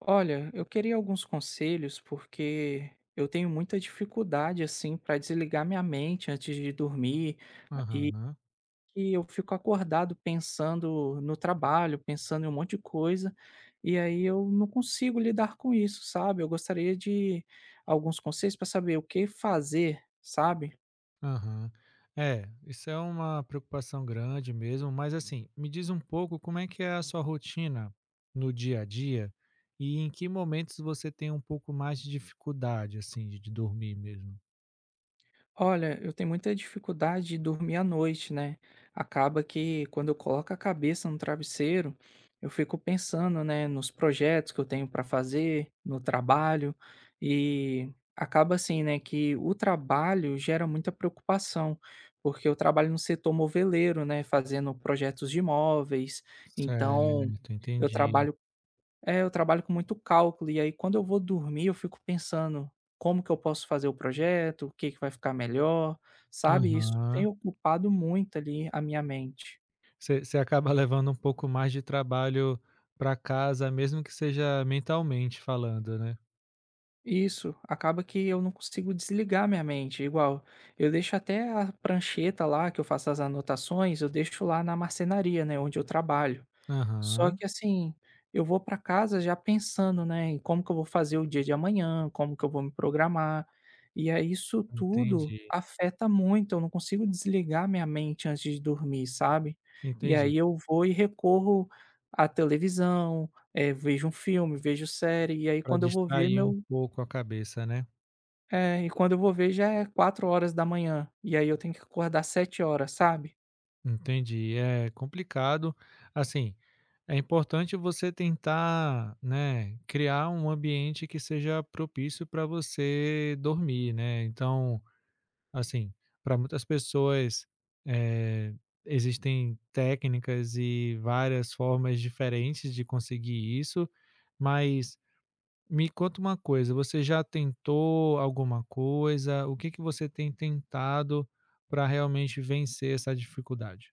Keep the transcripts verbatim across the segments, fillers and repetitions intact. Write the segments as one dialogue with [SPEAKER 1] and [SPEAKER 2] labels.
[SPEAKER 1] Olha, eu queria alguns conselhos porque eu tenho muita dificuldade assim para desligar minha mente antes de dormir e
[SPEAKER 2] Aham,
[SPEAKER 1] e eu fico acordado pensando no trabalho, pensando em um monte de coisa, e aí eu não consigo lidar com isso, sabe? Eu gostaria de alguns conselhos para saber o que fazer, sabe?
[SPEAKER 2] aham. É, isso é uma preocupação grande mesmo, mas assim, me diz um pouco como é que é a sua rotina no dia a dia e em que momentos você tem um pouco mais de dificuldade, assim, de de dormir mesmo?
[SPEAKER 1] Olha, eu tenho muita dificuldade de dormir à noite, né? Acaba que quando eu coloco a cabeça no travesseiro, eu fico pensando, né, nos projetos que eu tenho para fazer, no trabalho, e acaba assim, né, que o trabalho gera muita preocupação, porque eu trabalho no setor moveleiro, né, fazendo projetos de imóveis, então
[SPEAKER 2] Certo,
[SPEAKER 1] eu
[SPEAKER 2] entendi.
[SPEAKER 1] trabalho é, eu trabalho com muito cálculo, e aí quando eu vou dormir eu fico pensando: "Como que eu posso fazer o projeto? O que que vai ficar melhor?", sabe, isso
[SPEAKER 2] Aham.
[SPEAKER 1] tem ocupado muito ali a minha mente.
[SPEAKER 2] Você acaba levando um pouco mais de trabalho para casa, mesmo que seja mentalmente falando, né?
[SPEAKER 1] Isso, acaba que eu não consigo desligar minha mente, igual, eu deixo até a prancheta lá que eu faço as anotações, eu deixo lá na marcenaria, né, onde eu trabalho. Só
[SPEAKER 2] Aham,
[SPEAKER 1] que assim, eu vou para casa já pensando, né, em como que eu vou fazer o dia de amanhã, como que eu vou me programar, e aí isso tudo
[SPEAKER 2] entendi,
[SPEAKER 1] afeta muito, eu não consigo desligar minha mente antes de dormir, sabe. E
[SPEAKER 2] entendi.
[SPEAKER 1] aí eu vou e recorro à televisão, eh, vejo um filme, vejo série, e aí
[SPEAKER 2] Para
[SPEAKER 1] quando eu vou ver
[SPEAKER 2] distrair um
[SPEAKER 1] meu
[SPEAKER 2] pouco a cabeça, né?
[SPEAKER 1] é, e quando eu vou ver já é quatro horas da manhã, e aí eu tenho que acordar sete horas, sabe.
[SPEAKER 2] Entendi, é complicado. Assim, é importante você tentar, né, criar um ambiente que seja propício para você dormir, né? Então, assim, para muitas pessoas eh, existem técnicas e várias formas diferentes de conseguir isso, mas me conta uma coisa, você já tentou alguma coisa? O que que você tem tentado para realmente vencer essa dificuldade?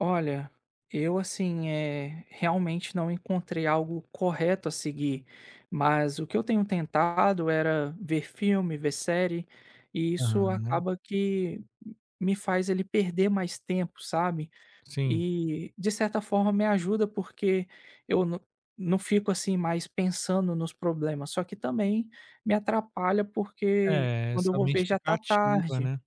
[SPEAKER 1] Olha, eu assim, é realmente não encontrei algo correto a seguir, mas o que eu tenho tentado era ver filme, ver série, e isso
[SPEAKER 2] Aham,
[SPEAKER 1] acaba que me faz ele perder mais tempo, sabe?
[SPEAKER 2] sim.
[SPEAKER 1] E de certa forma me ajuda porque eu n- não fico assim mais pensando nos problemas, só que também me atrapalha porque
[SPEAKER 2] É,
[SPEAKER 1] quando eu
[SPEAKER 2] sua
[SPEAKER 1] vou
[SPEAKER 2] mente
[SPEAKER 1] ver já
[SPEAKER 2] fica
[SPEAKER 1] tá
[SPEAKER 2] ativa,
[SPEAKER 1] tarde.
[SPEAKER 2] né.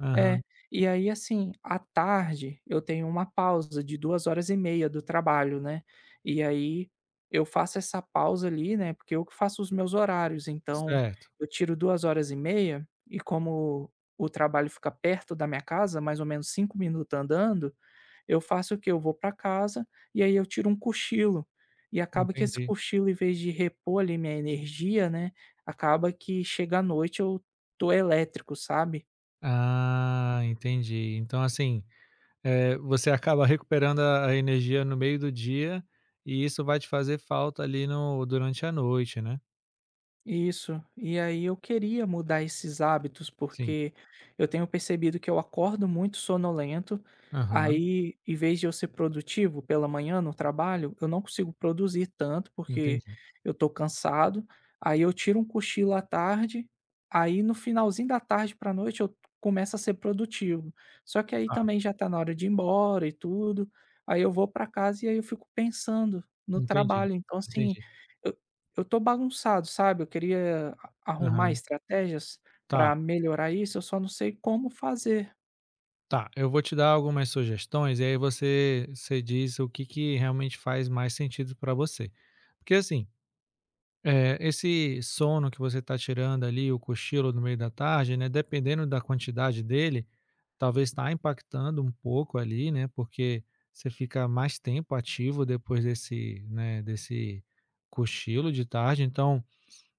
[SPEAKER 2] Aham,
[SPEAKER 1] É, e aí assim, à tarde eu tenho uma pausa de duas horas e meia do trabalho, né, e aí eu faço essa pausa ali, né, porque eu que faço os meus horários, então
[SPEAKER 2] certo,
[SPEAKER 1] eu tiro duas horas e meia e como o trabalho fica perto da minha casa, mais ou menos cinco minutos andando, eu faço o quê? Eu vou para casa e aí eu tiro um cochilo. E acaba que esse
[SPEAKER 2] entendi.
[SPEAKER 1] cochilo, em vez de repor ali minha energia, né, acaba que chega à noite eu tô elétrico, sabe?
[SPEAKER 2] Ah, entendi. Então, assim, eh, você acaba recuperando a a energia no meio do dia e isso vai te fazer falta ali no durante a noite, né.
[SPEAKER 1] Isso. E aí eu queria mudar esses hábitos,
[SPEAKER 2] Sim.
[SPEAKER 1] porque eu tenho percebido que eu acordo muito sonolento,
[SPEAKER 2] Aham,
[SPEAKER 1] aí em vez de eu ser produtivo pela manhã no trabalho, eu não consigo produzir tanto porque
[SPEAKER 2] entendi.
[SPEAKER 1] eu tô cansado. Aí eu tiro um cochilo à tarde, aí no finalzinho da tarde para noite eu começo a ser produtivo. Só que aí
[SPEAKER 2] Tá,
[SPEAKER 1] também já tá na hora de ir embora e tudo. Aí eu vou para casa e aí eu fico pensando no
[SPEAKER 2] entendi,
[SPEAKER 1] trabalho. Então assim,
[SPEAKER 2] entendi.
[SPEAKER 1] eu tô bagunçado, sabe, eu queria a arrumar
[SPEAKER 2] Aham.
[SPEAKER 1] estratégias
[SPEAKER 2] Tá,
[SPEAKER 1] para melhorar isso, eu só não sei como fazer.
[SPEAKER 2] tá. Eu vou te dar algumas sugestões e aí você você diz o que que realmente faz mais sentido para você. Porque, assim. É, esse sono que você está tirando ali, o cochilo no meio da tarde, né, dependendo da quantidade dele, talvez está impactando um pouco ali, né, porque você fica mais tempo ativo depois desse, né, desse cochilo de tarde. Então,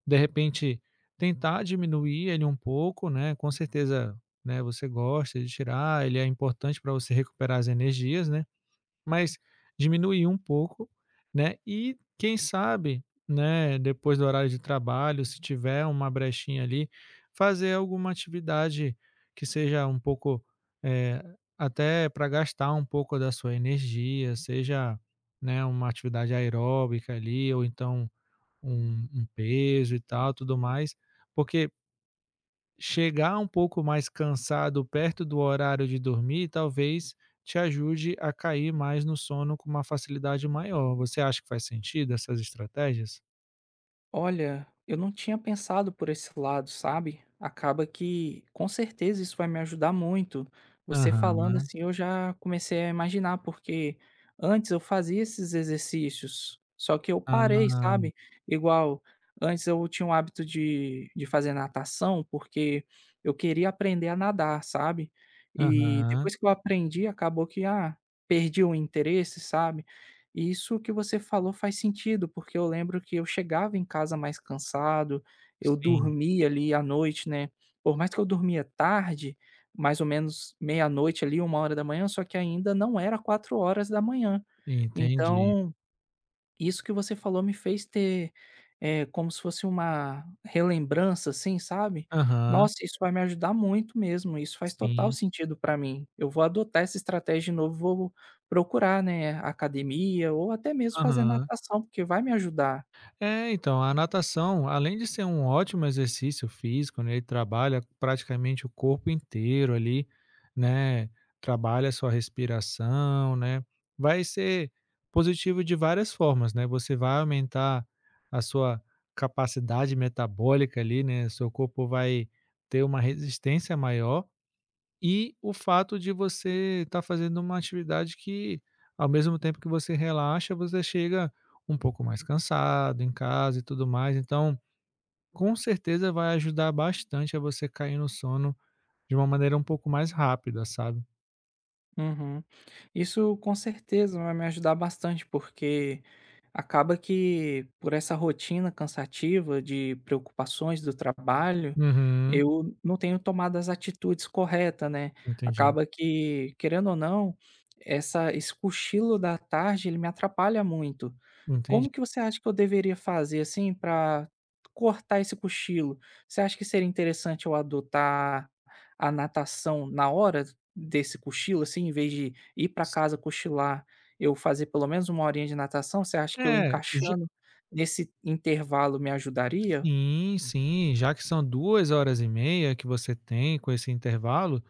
[SPEAKER 2] de repente, tentar diminuir ele um pouco, né, com certeza, né, você gosta de tirar, ele é importante para você recuperar as energias, né, mas diminuir um pouco, né, e quem sabe, né, depois do horário de trabalho, se tiver uma brechinha ali, fazer alguma atividade que seja um pouco, eh, até para gastar um pouco da sua energia, seja, né, uma atividade aeróbica ali ou então um um peso e tal, tudo mais, porque chegar um pouco mais cansado perto do horário de dormir, talvez te ajude a cair mais no sono com uma facilidade maior. Você acha que faz sentido essas estratégias?
[SPEAKER 1] Olha, eu não tinha pensado por esse lado, sabe? Acaba que com certeza isso vai me ajudar muito. Você
[SPEAKER 2] Aham.
[SPEAKER 1] falando assim, eu já comecei a imaginar, porque antes eu fazia esses exercícios, só que eu parei,
[SPEAKER 2] Ah.
[SPEAKER 1] sabe? Igual antes eu tinha o hábito de, de fazer natação, porque eu queria aprender a nadar, sabe? E
[SPEAKER 2] Aham.
[SPEAKER 1] depois que eu aprendi, acabou que ah, perdi o interesse, sabe? E isso que você falou faz sentido, porque eu lembro que eu chegava em casa mais cansado, eu
[SPEAKER 2] Sim,
[SPEAKER 1] dormia ali à noite, né, por mais que eu dormia tarde, mais ou menos meia-noite ali, uma hora da manhã, só que ainda não era quatro horas da manhã.
[SPEAKER 2] entendi.
[SPEAKER 1] Então isso que você falou me fez ter, eh, como se fosse uma relembrança, assim, sabe.
[SPEAKER 2] Aham,
[SPEAKER 1] Nossa, isso vai me ajudar muito mesmo, isso faz total
[SPEAKER 2] sim.
[SPEAKER 1] sentido para mim. Eu vou adotar essa estratégia de novo, vou procurar, né, academia ou até mesmo fazer
[SPEAKER 2] Aham.
[SPEAKER 1] natação, porque vai me ajudar.
[SPEAKER 2] É, então, a natação, além de ser um ótimo exercício físico, né, ele trabalha praticamente o corpo inteiro ali, né, trabalha a sua respiração, né, vai ser positivo de várias formas, né, você vai aumentar a sua capacidade metabólica ali, né, seu corpo vai ter uma resistência maior e o fato de você estar fazendo uma atividade que, ao mesmo tempo que você relaxa, você chega um pouco mais cansado em casa e tudo mais. Então, com certeza vai ajudar bastante a você cair no sono de uma maneira um pouco mais rápida, sabe.
[SPEAKER 1] Uhum. Isso com certeza vai me ajudar bastante, porque acaba que por essa rotina cansativa de preocupações do trabalho,
[SPEAKER 2] Uhum,
[SPEAKER 1] eu não tenho tomado as atitudes corretas, né?
[SPEAKER 2] entendi,
[SPEAKER 1] Acaba que, querendo ou não, essa, esse cochilo da tarde ele me atrapalha muito.
[SPEAKER 2] entendi.
[SPEAKER 1] Como que você acha que eu deveria fazer assim para cortar esse cochilo? Você acha que seria interessante eu adotar a natação na hora desse cochilo, assim, em vez de ir para
[SPEAKER 2] S
[SPEAKER 1] casa cochilar, eu fazer pelo menos uma horinha de natação, você acha que eu
[SPEAKER 2] é, já
[SPEAKER 1] encaixando nesse intervalo me ajudaria?
[SPEAKER 2] sim, sim, já que são duas horas e meia que você tem com esse intervalo,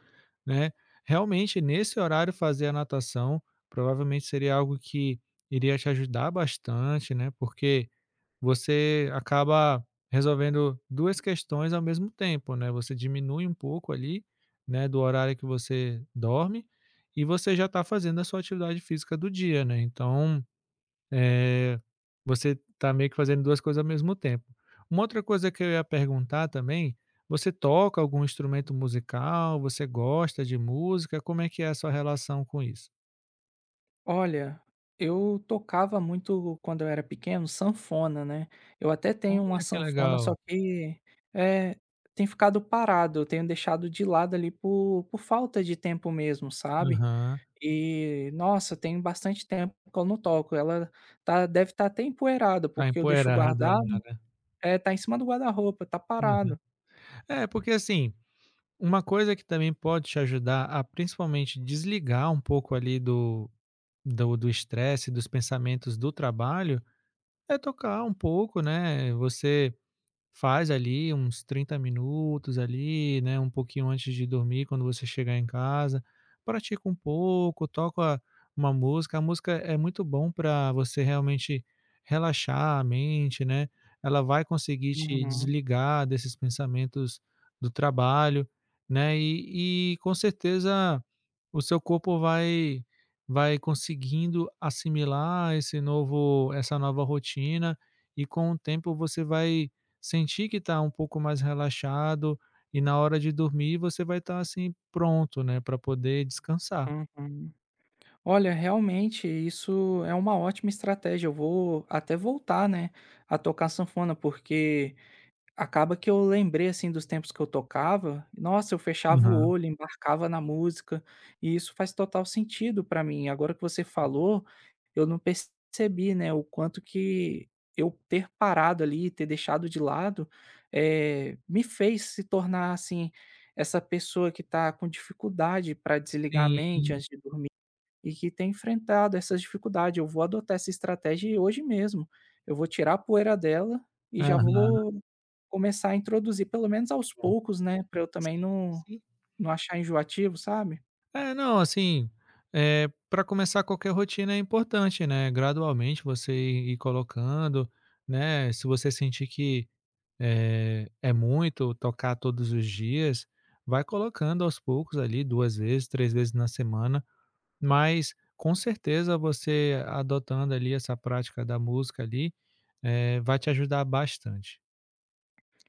[SPEAKER 2] né. Realmente, nesse horário fazer a natação, provavelmente seria algo que iria te ajudar bastante, né, porque você acaba resolvendo duas questões ao mesmo tempo, né, você diminui um pouco ali, né, do horário que você dorme, e você já está fazendo a sua atividade física do dia, né, então eh, você está meio que fazendo duas coisas ao mesmo tempo. Uma outra coisa que eu ia perguntar também, você toca algum instrumento musical? Você gosta de música? Como é que é a sua relação com isso?
[SPEAKER 1] Olha, eu tocava muito quando eu era pequeno sanfona, né. Eu até tenho uma
[SPEAKER 2] Olha que
[SPEAKER 1] sanfona, só
[SPEAKER 2] legal.
[SPEAKER 1] que é, tem ficado parado, eu tenho deixado de lado ali por por falta de tempo mesmo, sabe.
[SPEAKER 2] Aham.
[SPEAKER 1] E, nossa, tem bastante tempo que eu não toco, ela tá deve estar até empoeirada,
[SPEAKER 2] Tá
[SPEAKER 1] porque eu deixo
[SPEAKER 2] empoeirada lá,
[SPEAKER 1] guardado.
[SPEAKER 2] né.
[SPEAKER 1] É, tá em cima do guarda-roupa, tá parado.
[SPEAKER 2] É, porque assim, uma coisa que também pode te ajudar a principalmente desligar um pouco ali do do do estresse, dos pensamentos do trabalho, é tocar um pouco, né. Você faz ali uns trinta minutos ali, né, um pouquinho antes de dormir, quando você chegar em casa. Pratica um pouco, toca uma música. A música é muito bom para você realmente relaxar a mente, né? Ela vai conseguir te
[SPEAKER 1] Uhum,
[SPEAKER 2] desligar desses pensamentos do trabalho, né? E, e com certeza o seu corpo vai vai conseguindo assimilar esse novo essa nova rotina e com o tempo você vai sentir que está um pouco mais relaxado e na hora de dormir você vai estar, assim, pronto, né, para poder descansar.
[SPEAKER 1] uhum. Olha, realmente isso é uma ótima estratégia. Eu vou até voltar, né, a tocar sanfona, porque acaba que eu lembrei, assim, dos tempos que eu tocava, nossa, eu fechava o
[SPEAKER 2] Aham.
[SPEAKER 1] olho, embarcava na música, e isso faz total sentido pra mim. Agora que você falou, eu não percebi, né, o quanto que eu ter parado ali, ter deixado de lado, eh, me fez se tornar, assim, essa pessoa que tá com dificuldade para desligar a
[SPEAKER 2] Sim,
[SPEAKER 1] mente antes de dormir e que tem enfrentado essas dificuldades. Eu vou adotar essa estratégia e hoje mesmo. Eu vou tirar a poeira dela e já
[SPEAKER 2] aham.
[SPEAKER 1] vou começar a introduzir, pelo menos aos poucos, né, para eu também
[SPEAKER 2] Sim,
[SPEAKER 1] não
[SPEAKER 2] sim.
[SPEAKER 1] não achar enjoativo, sabe?
[SPEAKER 2] É, não, assim, é para começar qualquer rotina é importante, né, gradualmente você ir ir colocando, né, se você sentir que, é é muito tocar todos os dias, vai colocando aos poucos ali duas vezes, três vezes na semana. Mas com certeza você adotando ali essa prática da música ali, eh, vai te ajudar bastante.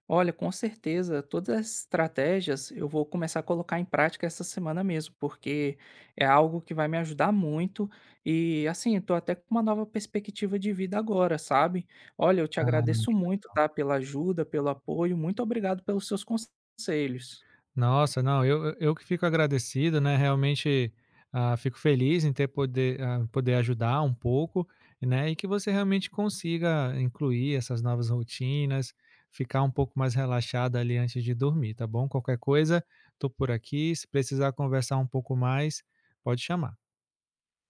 [SPEAKER 1] Olha, com certeza, todas as estratégias eu vou começar a colocar em prática essa semana mesmo, porque é algo que vai me ajudar muito e assim, eu tô até com uma nova perspectiva de vida agora, sabe? Olha, eu te
[SPEAKER 2] Ah.
[SPEAKER 1] agradeço muito, tá, pela ajuda, pelo apoio, muito obrigado pelos seus conselhos.
[SPEAKER 2] Nossa, não, eu eu eu que fico agradecido, né, realmente, ah, fico feliz em ter poder ah, poder ajudar um pouco, né, e que você realmente consiga incluir essas novas rotinas, ficar um pouco mais relaxada ali antes de dormir, tá bom? Qualquer coisa, tô por aqui, se precisar conversar um pouco mais, pode chamar.